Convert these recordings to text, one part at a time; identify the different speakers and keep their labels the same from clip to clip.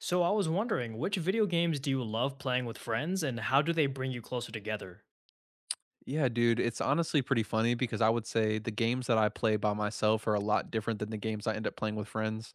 Speaker 1: So I was wondering, which video games do you love playing with friends and how do they bring you closer together?
Speaker 2: Yeah, dude, it's honestly pretty funny because I would say the games that I play by myself are a lot different than the games I end up playing with friends.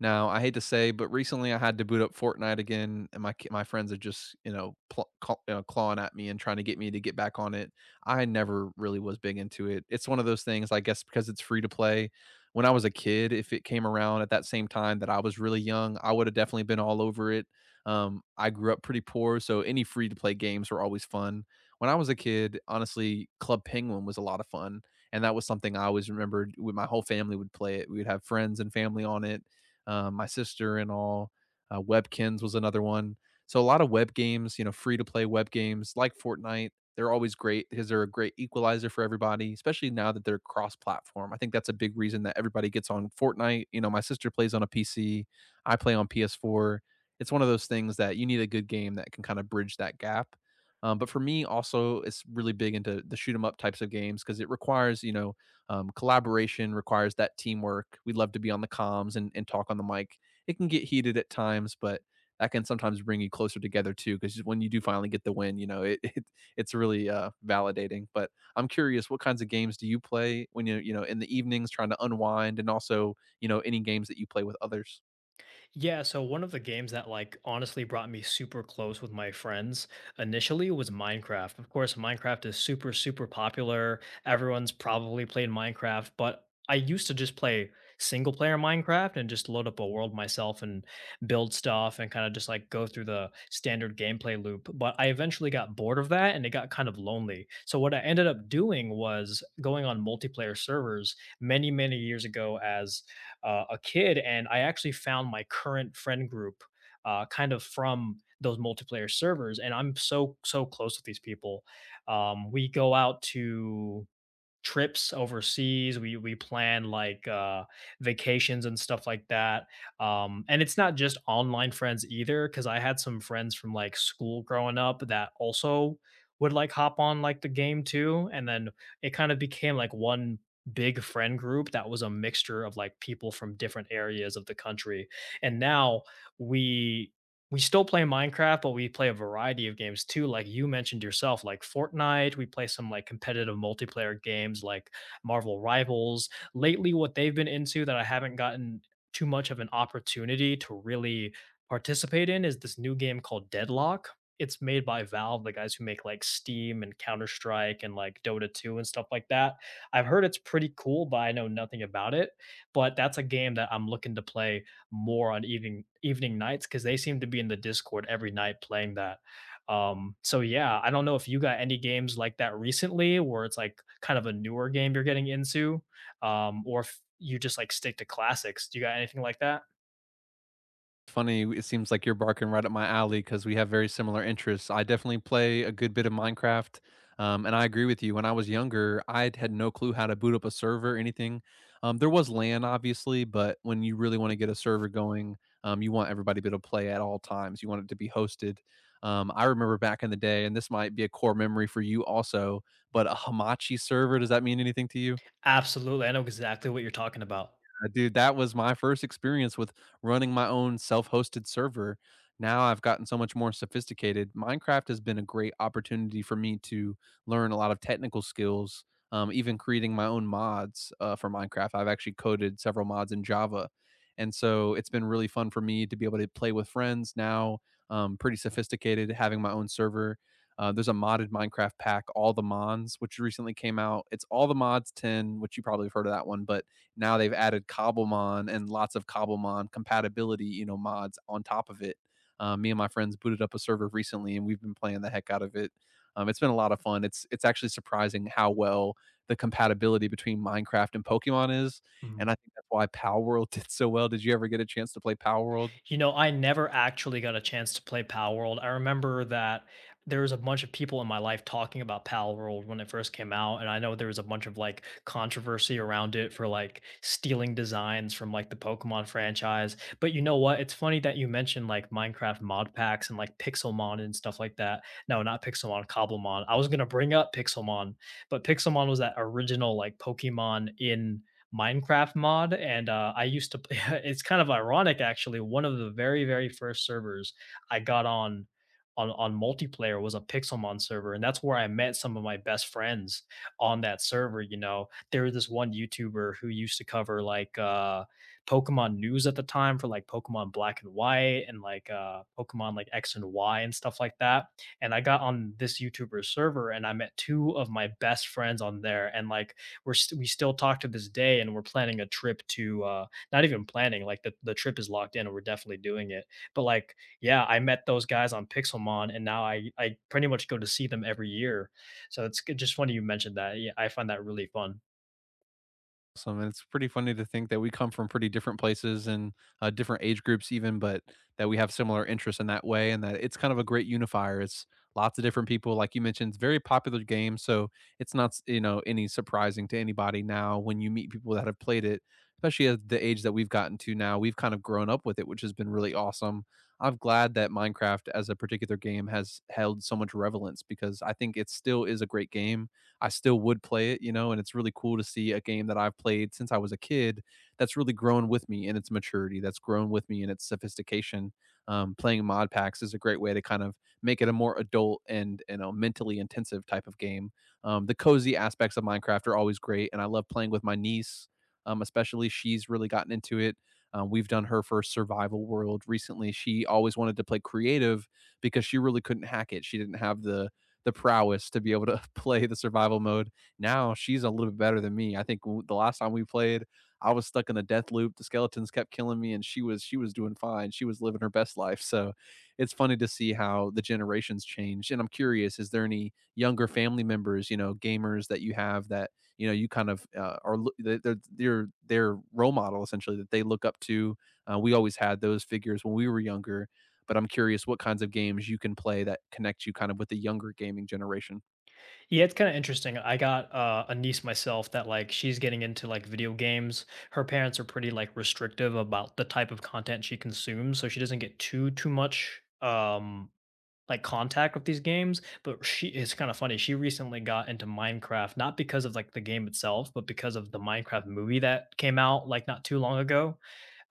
Speaker 2: Now, I hate to say, but recently I had to boot up Fortnite again, and my friends are just claw, clawing at me and trying to get me to get back on it. I never really was big into it. It's one of those things, I guess, because it's free to play. When I was a kid, if it came around at that same time that I was really young, I would have definitely been all over it. I grew up pretty poor, so any free to play games were always fun when I was a kid. Honestly, Club Penguin was a lot of fun, and that was something I always remembered. My whole family would play it. We would have friends and family on it. My sister and all. Webkins was another one. So a lot of web games, you know, free to play web games like Fortnite. They're always great because they're a great equalizer for everybody, especially now that they're cross platform. I think that's a big reason that everybody gets on Fortnite. You know, my sister plays on a PC, I play on PS4. It's one of those things that you need a good game that can kind of bridge that gap. But for me, also, it's really big into the shoot 'em up types of games because it requires, you know, collaboration, requires that teamwork. We love to be on the comms and talk on the mic. It can get heated at times, but that can sometimes bring you closer together too. Because when you do finally get the win, you know, it's really validating. But I'm curious, what kinds of games do you play when you know in the evenings trying to unwind, and also you know any games that you play with others?
Speaker 1: Yeah, so one of the games that like honestly brought me super close with my friends initially was Minecraft. Of course, Minecraft is super super popular. Everyone's probably played Minecraft, but I used to just play single player Minecraft and just load up a world myself and build stuff and kind of just like go through the standard gameplay loop. But I eventually got bored of that and it got kind of lonely. So what I ended up doing was going on multiplayer servers many many years ago as a kid, and I actually found my current friend group kind of from those multiplayer servers, and I'm so so close with these people. We go out to trips overseas. We plan like vacations and stuff like that. And it's not just online friends either cuz I had some friends from like school growing up that also would like hop on like the game too, and then it kind of became like one big friend group that was a mixture of like people from different areas of the country. And now we we still play Minecraft, but we play a variety of games too. Like you mentioned yourself, like Fortnite, we play some like competitive multiplayer games like Marvel Rivals. Lately, what they've been into that I haven't gotten too much of an opportunity to really participate in is this new game called Deadlock. It's made by Valve, the guys who make like Steam and Counter Strike and like Dota 2 and stuff like that. I've heard it's pretty cool, but I know nothing about it. But that's a game that I'm looking to play more on evening nights because they seem to be in the Discord every night playing that. So yeah, I don't know if you got any games like that recently, where it's like kind of a newer game you're getting into, or if you just like stick to classics. Do you got anything like that?
Speaker 2: Funny, it seems like you're barking right up my alley because we have very similar interests. I definitely play a good bit of Minecraft, and I agree with you. When I was younger, I had no clue how to boot up a server or anything. There was LAN, obviously, but when you really want to get a server going, you want everybody to be able to play at all times. You want it to be hosted. I remember back in the day, and this might be a core memory for you also, but a Hamachi server, does that mean anything to you?
Speaker 1: Absolutely, I know exactly what you're talking about.
Speaker 2: Dude, that was my first experience with running my own self-hosted server. Now I've gotten so much more sophisticated. Minecraft has been a great opportunity for me to learn a lot of technical skills, even creating my own mods for Minecraft. I've actually coded several mods in Java. And so it's been really fun for me to be able to play with friends now, pretty sophisticated, having my own server. There's a modded Minecraft pack, All the Mons, which recently came out. It's All the Mods 10, which you probably have heard of that one, but now they've added Cobblemon and lots of Cobblemon compatibility, you know, mods on top of it. Me and my friends booted up a server recently, and we've been playing the heck out of it. It's been a lot of fun. It's actually surprising how well the compatibility between Minecraft and Pokemon is, and
Speaker 1: Mhm.
Speaker 2: I think that's why Power World did so well. Did you ever get a chance to play Power World?
Speaker 1: You know, I never actually got a chance to play Pal World. I remember that there was a bunch of people in my life talking about Pal World when it first came out, and I know there was a bunch of like controversy around it for like stealing designs from like the Pokemon franchise. But you know what? It's funny that you mentioned like Minecraft mod packs and like Pixelmon and stuff like that. No, not Pixelmon, Cobblemon. I was gonna bring up Pixelmon, but Pixelmon was that original like Pokemon in Minecraft mod, and I used to. It's kind of ironic, actually. One of the very, very first servers I got on on multiplayer was a Pixelmon server, and that's where I met some of my best friends on that server. You know, there was this one YouTuber who used to cover like Pokemon news at the time for like Pokemon Black and White and like Pokemon like X and Y and stuff like that. And I got on this YouTuber's server, and I met two of my best friends on there, and like we still talk to this day, and we're planning a trip to not even planning like the trip is locked in and we're definitely doing it, but like yeah, I met those guys on Pixelmon, and now I pretty much go to see them every year, so it's just funny you mentioned that. Yeah, I find that really fun.
Speaker 2: Awesome, and it's pretty funny to think that we come from pretty different places and, different age groups even, but that we have similar interests in that way and that it's kind of a great unifier. It's lots of different people, like you mentioned, it's a very popular game, so it's not s you know, any surprising to anybody now when you meet people that have played it, especially at the age that we've gotten to now. We've kind of grown up with it, which has been really awesome. I'm glad that Minecraft as a particular game has held so much relevance because I think it still is a great game. I still would play it, you know, and it's really cool to see a game that I've played since I was a kid that's really grown with me in its maturity, that's grown with me in its sophistication. Playing mod packs is a great way to kind of make it a more adult and you know mentally intensive type of game. The cozy aspects of Minecraft are always great, and I love playing with my niece, especially she's really gotten into it. We've done her first survival world recently. She always wanted to play creative because she really couldn't hack it. She didn't have the prowess to be able to play the survival mode. Now she's a little bit better than me. I think the last time we played, I was stuck in the death loop. The skeletons kept killing me, and she was doing fine. She was living her best life. So it's funny to see how the generations change. And I'm curious, is there any younger family members, you know, gamers that you have that you know you kind of are lo- they- they're their role model essentially that they look up to. We always had those figures when we were younger, but I'm curious what kinds of games you can play that connect you kind of with the younger gaming generation.
Speaker 1: Yeah, it's kind of interesting. I got a niece myself that like she's getting into like video games. Her parents are pretty like restrictive about the type of content she consumes, so she doesn't get too much. Like contact with these games, but she it's kind of funny. She recently got into Minecraft, not because of like the game itself, but because of the Minecraft movie that came out like not too long ago.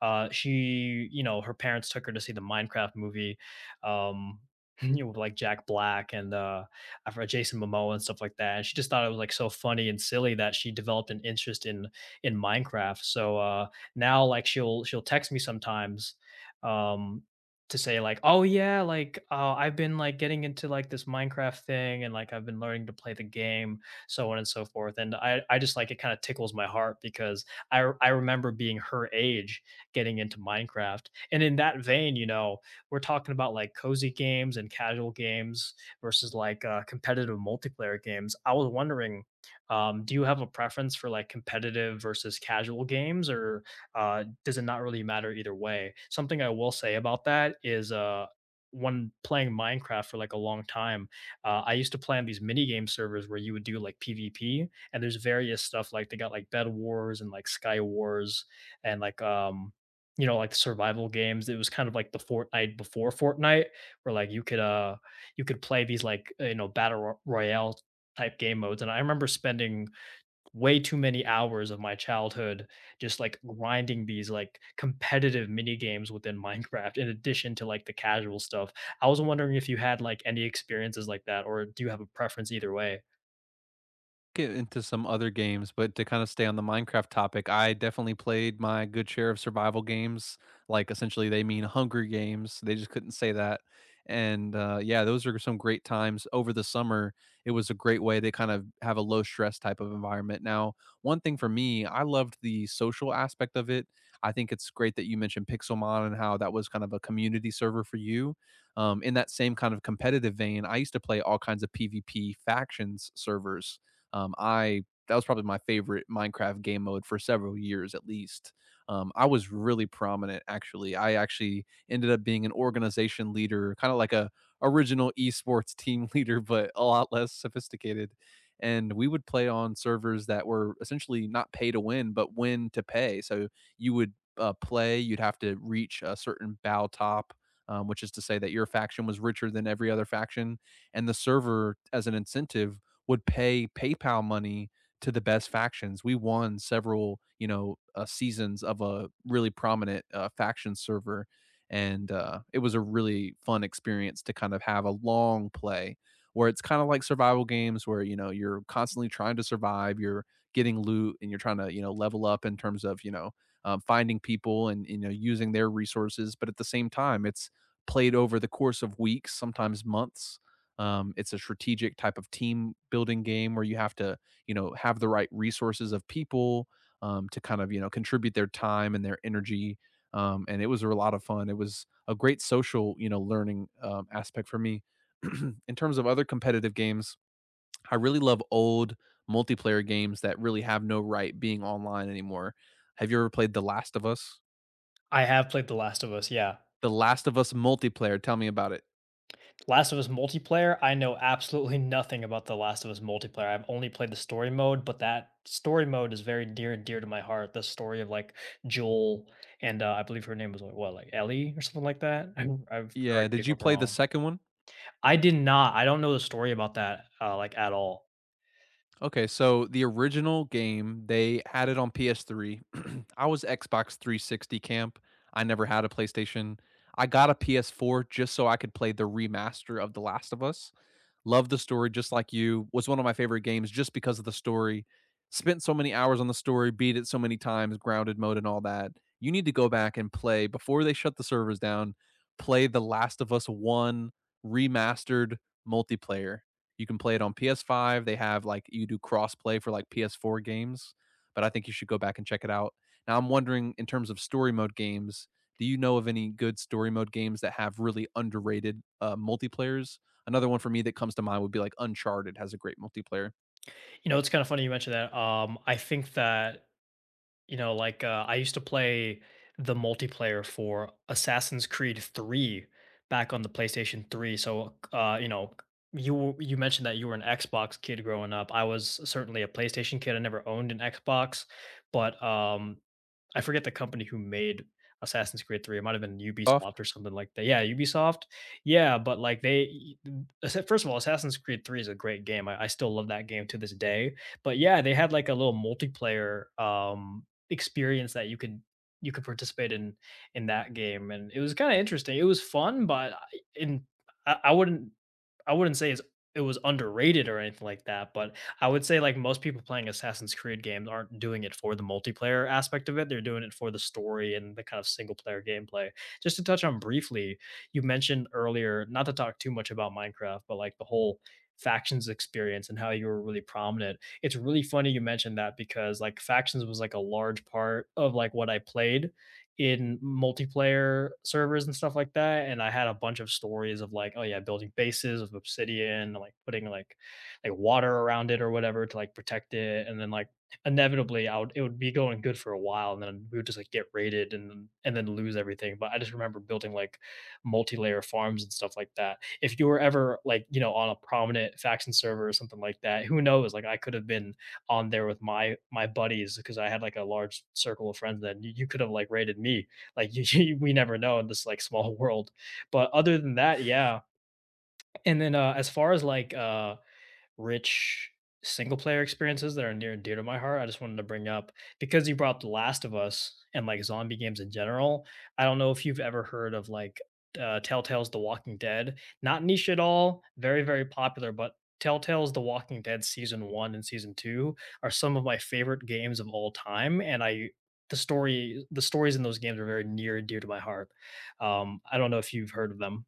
Speaker 1: She, you know, her parents took her to see the Minecraft movie, um, you know, with like Jack Black and I forgot Jason Momoa and stuff like that. And she just thought it was like so funny and silly that she developed an interest in Minecraft. So now, like, she'll text me sometimes. Um, to say like, oh yeah, like I've been like getting into like this Minecraft thing, and like I've been learning to play the game, so on and so forth. And I just like it kind of tickles my heart because I remember being her age getting into Minecraft. And in that vein, you know, we're talking about like cozy games and casual games versus like competitive multiplayer games. I was wondering, do you have a preference for like competitive versus casual games, or does it not really matter either way? Something I will say about that is, when playing Minecraft for like a long time, I used to play on these mini game servers where you would do like PvP, and there's various stuff like they got like Bed Wars and like Sky Wars and like you know, like the survival games. It was kind of like the Fortnite before Fortnite, where like you could play these like you know, royale type game modes. And I remember spending way too many hours of my childhood just like grinding these like competitive mini games within Minecraft, in addition to like the casual stuff. I was wondering if you had like any experiences like that, or do you have a preference either way?
Speaker 2: Get into some other games, but to kind of stay on the Minecraft topic, I definitely played my good share of survival games. Like essentially, they mean Hunger Games. They just couldn't say that. And Yeah, those are some great times over the summer. It was a great way to kind of have a low stress type of environment. Now, one thing for me, I loved the social aspect of it. I think it's great that you mentioned Pixelmon and how that was kind of a community server for you. In that same kind of competitive vein, I used to play all kinds of PvP factions servers, I that was probably my favorite Minecraft game mode for several years at least. I was really prominent actually. I actually ended up being an organization leader, kind of like a original esports team leader, but a lot less sophisticated. And we would play on servers that were essentially not pay to win, but win to pay. So you would play, you'd have to reach a certain bow top, which is to say that your faction was richer than every other faction, and the server, as an incentive, would pay PayPal money to the best factions. We won several, you know, seasons of a really prominent faction server, and it was a really fun experience to kind of have a long play where it's kind of like survival games where you know you're constantly trying to survive, you're getting loot, and you're trying to you know level up in terms of you know finding people and you know using their resources, but at the same time it's played over the course of weeks, sometimes months. It's a strategic type of team building game where you have to, you know, have the right resources of people to kind of, you know, contribute their time and their energy. And it was a lot of fun. It was a great social, you know, learning aspect for me. In terms of other competitive games, I really love old multiplayer games that really have no right being online anymore. Have you ever played The Last of Us?
Speaker 1: I have played The Last of Us, yeah.
Speaker 2: The Last of Us multiplayer. Tell me about it.
Speaker 1: Last of Us multiplayer, I know absolutely nothing about the Last of Us multiplayer. I've only played the story mode, but that story mode is very dear and dear to my heart. The story of like Joel and I believe her name was like what, like Ellie or something like that. I've
Speaker 2: Yeah.
Speaker 1: correct me
Speaker 2: Did you
Speaker 1: if I'm
Speaker 2: play the
Speaker 1: wrong.
Speaker 2: second one?
Speaker 1: I did not. I don't know the story about that like at all.
Speaker 2: Okay, so the original game, they had it on PS3. I was Xbox 360 camp. I never had a PlayStation. I got a PS4 just so I could play the remaster of The Last of Us. Loved the story just like you. Was one of my favorite games just because of the story. Spent so many hours on the story, beat it so many times, grounded mode and all that. You need to go back and play before they shut the servers down. Play The Last of Us 1 remastered multiplayer. You can play it on PS5. They have like you do cross play for like PS4 games, but I think you should go back and check it out. Now I'm wondering in terms of story mode games, do you know of any good story mode games that have really underrated multiplayers? Another one for me that comes to mind would be like Uncharted has a great multiplayer.
Speaker 1: You know, it's kind of funny you mentioned that. I think that, you know, like, I used to play the multiplayer for Assassin's Creed 3 back on the PlayStation 3, so, you know, you mentioned that you were an Xbox kid growing up. I was certainly a PlayStation kid. I never owned an Xbox, but, I forget the company who made Assassin's Creed 3. It might have been
Speaker 2: Off.
Speaker 1: Ubisoft or something like that. Yeah, Ubisoft. Yeah, but, like, first of all, Assassin's Creed 3 is a great game. I still love that game to this day, but, yeah, they had, like, a little multiplayer, experience that you could participate in that game, and it was kinda interesting. It was fun, but in I wouldn't say it was underrated or anything like that, but I would say like most people playing Assassin's Creed games aren't doing it for the multiplayer aspect of it. They're doing it for the story and the kind of single player gameplay. Just to touch on briefly, you mentioned earlier, not to talk too much about Minecraft, but like the whole factions experience and how you were really prominent. It's really funny you mentioned that because like factions was like a large part of like what I played in multiplayer servers and stuff like that. And I had a bunch of stories of like, oh yeah, building bases of obsidian, like putting like water around it or whatever to like protect it. And then like inevitably I would it would be going good for a while, and then we would just like get raided, and then lose everything. But I just remember building like multi-layer farms and stuff like that. If you were ever like, you know, on a prominent faction server or something like that, who knows? Like I could have been on there with my buddies because I had like a large circle of friends. Then you could have like rated me. Like we never know in this like small world. But other than that, yeah. And then as far as like rich single player experiences that are near and dear to my heart. I just wanted to bring up because you brought up The Last of Us and like zombie games in general. I don't know if you've ever heard of like Telltale's The Walking Dead. Not niche at all, very, very popular, but Telltale's The Walking Dead season one and season two are some of my favorite games of all time. The the stories in those games are very near and dear to my heart. I don't know if you've heard of them.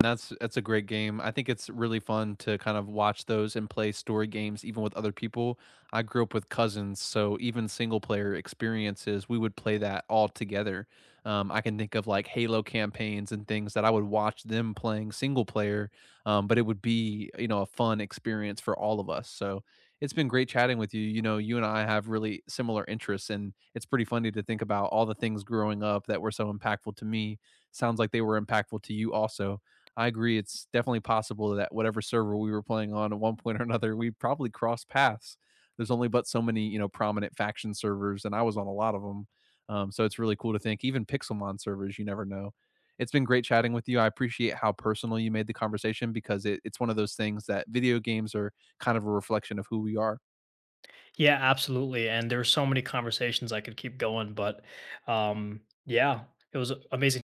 Speaker 2: That's a great game. I think it's really fun to kind of watch those and play story games even with other people. I grew up with cousins, so even single player experiences, we would play that all together. I can think of like Halo campaigns and things that I would watch them playing single player, but it would be you know a fun experience for all of us. So it's been great chatting with you. You know, you and I have really similar interests, and it's pretty funny to think about all the things growing up that were so impactful to me. Sounds like they were impactful to you also. I agree. It's definitely possible that whatever server we were playing on at one point or another, we probably crossed paths. There's only but so many, you know, prominent faction servers, and I was on a lot of them. So it's really cool to think, even Pixelmon servers, you never know. It's been great chatting with you. I appreciate how personal you made the conversation because it's one of those things that video games are kind of a reflection of who we are.
Speaker 1: Yeah, absolutely. And there were so many conversations I could keep going, but um, yeah, it was amazing.